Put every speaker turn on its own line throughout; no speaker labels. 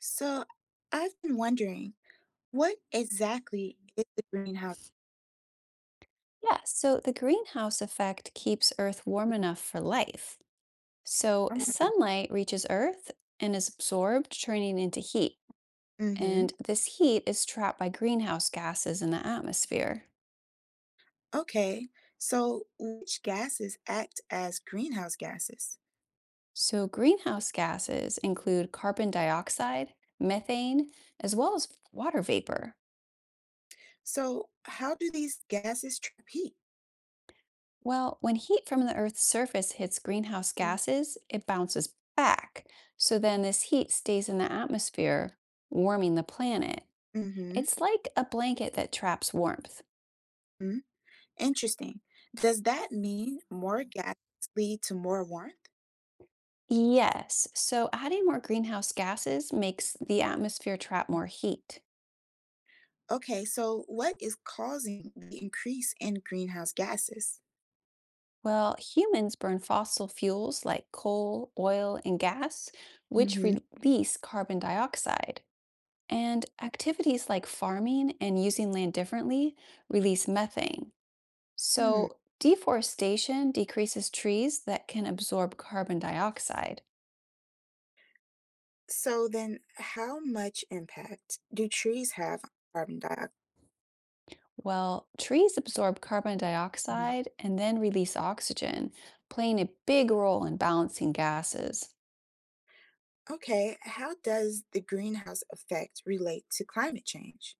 So I've been wondering, what exactly is the greenhouse
Yeah, so the greenhouse effect keeps Earth warm enough for life. So
effect?
sunlight reaches Earth and is absorbed, turning into heat.
Mm-hmm.
And this heat is trapped by greenhouse gases in the atmosphere.
Okay. So which gases act as greenhouse gases?
So greenhouse gases include carbon dioxide, methane, as well as water vapor.
So how do these gases trap heat?
Well, when heat from the Earth's surface hits greenhouse gases, it bounces back. So then this heat stays in the atmosphere, warming the planet.
Mm-hmm.
It's like a blanket that traps warmth.
Mm. Interesting. Does that mean more gases lead to more warmth?
Yes, so adding more greenhouse gases makes the atmosphere trap more heat.
Okay, so what is causing the increase in greenhouse gases?
Well, humans burn fossil fuels like coal, oil, and gas, which
Mm-hmm.
release carbon dioxide. And activities like farming and using land differently release methane.
Mm-hmm.
So, deforestation decreases trees that can absorb carbon dioxide.
So then, how much impact do trees have on carbon dioxide?
Well, trees absorb carbon
Mm.
dioxide and then release oxygen, playing a big role in balancing gases.
Okay, how does the greenhouse effect relate to climate change?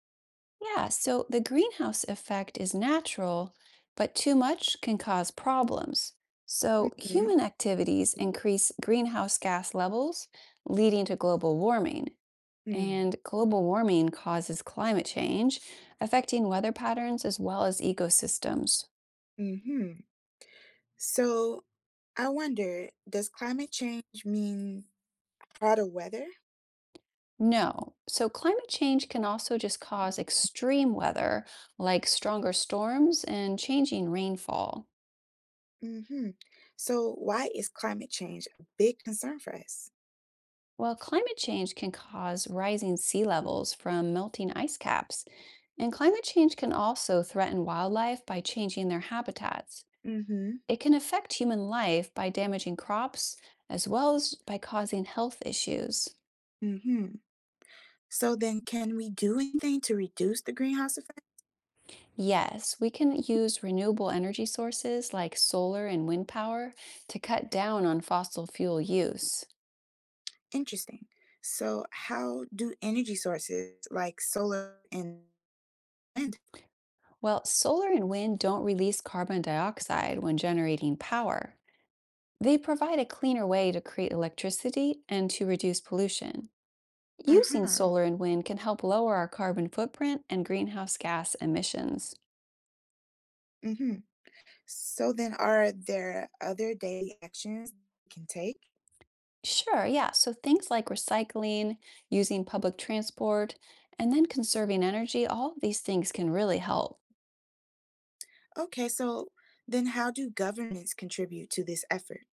Yeah, so the greenhouse effect is natural, but too much can cause problems. So
Hmm.
human activities increase greenhouse gas levels, leading to global warming.
Mm.
And global warming causes climate change, affecting weather patterns as well as ecosystems.
Hmm. So I wonder, does climate change mean hotter weather?
No. So climate change can also just cause extreme weather, like stronger storms and changing rainfall.
Hmm. So why is climate change a big concern for us?
Well, climate change can cause rising sea levels from melting ice caps. And climate change can also threaten wildlife by changing their habitats.
Hmm.
It can affect human life by damaging crops, as well as by causing health issues.
Hmm. So then can we do anything to reduce the greenhouse effect?
Yes, we can use renewable energy sources like solar and wind power to cut down on fossil fuel use.
Interesting. So how do energy sources like solar and wind?
Well, solar and wind don't release carbon dioxide when generating power. They provide a cleaner way to create electricity and to reduce pollution. Using
Uh-huh.
solar and wind can help lower our carbon footprint and greenhouse gas emissions.
Mm-hmm. So then are there other daily actions we can take?
Sure, yeah, so things like recycling, using public transport, and then conserving energy, all of these things can really help.
Okay, so then how do governments contribute to this effort?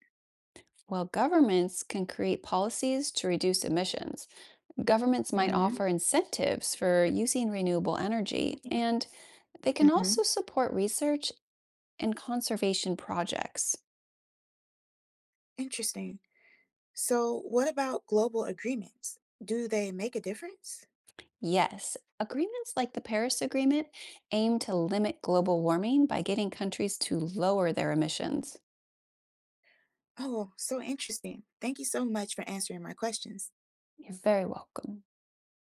While governments can create policies to reduce emissions, governments might
Hmm.
offer incentives for using renewable energy, and they can also
Hmm.
support research and conservation projects.
Interesting. So what about global agreements? Do they make a difference?
Yes, agreements like the Paris Agreement aim to limit global warming by getting countries to lower their emissions.
Oh, so interesting. Thank you so much for answering my questions.
You're very welcome.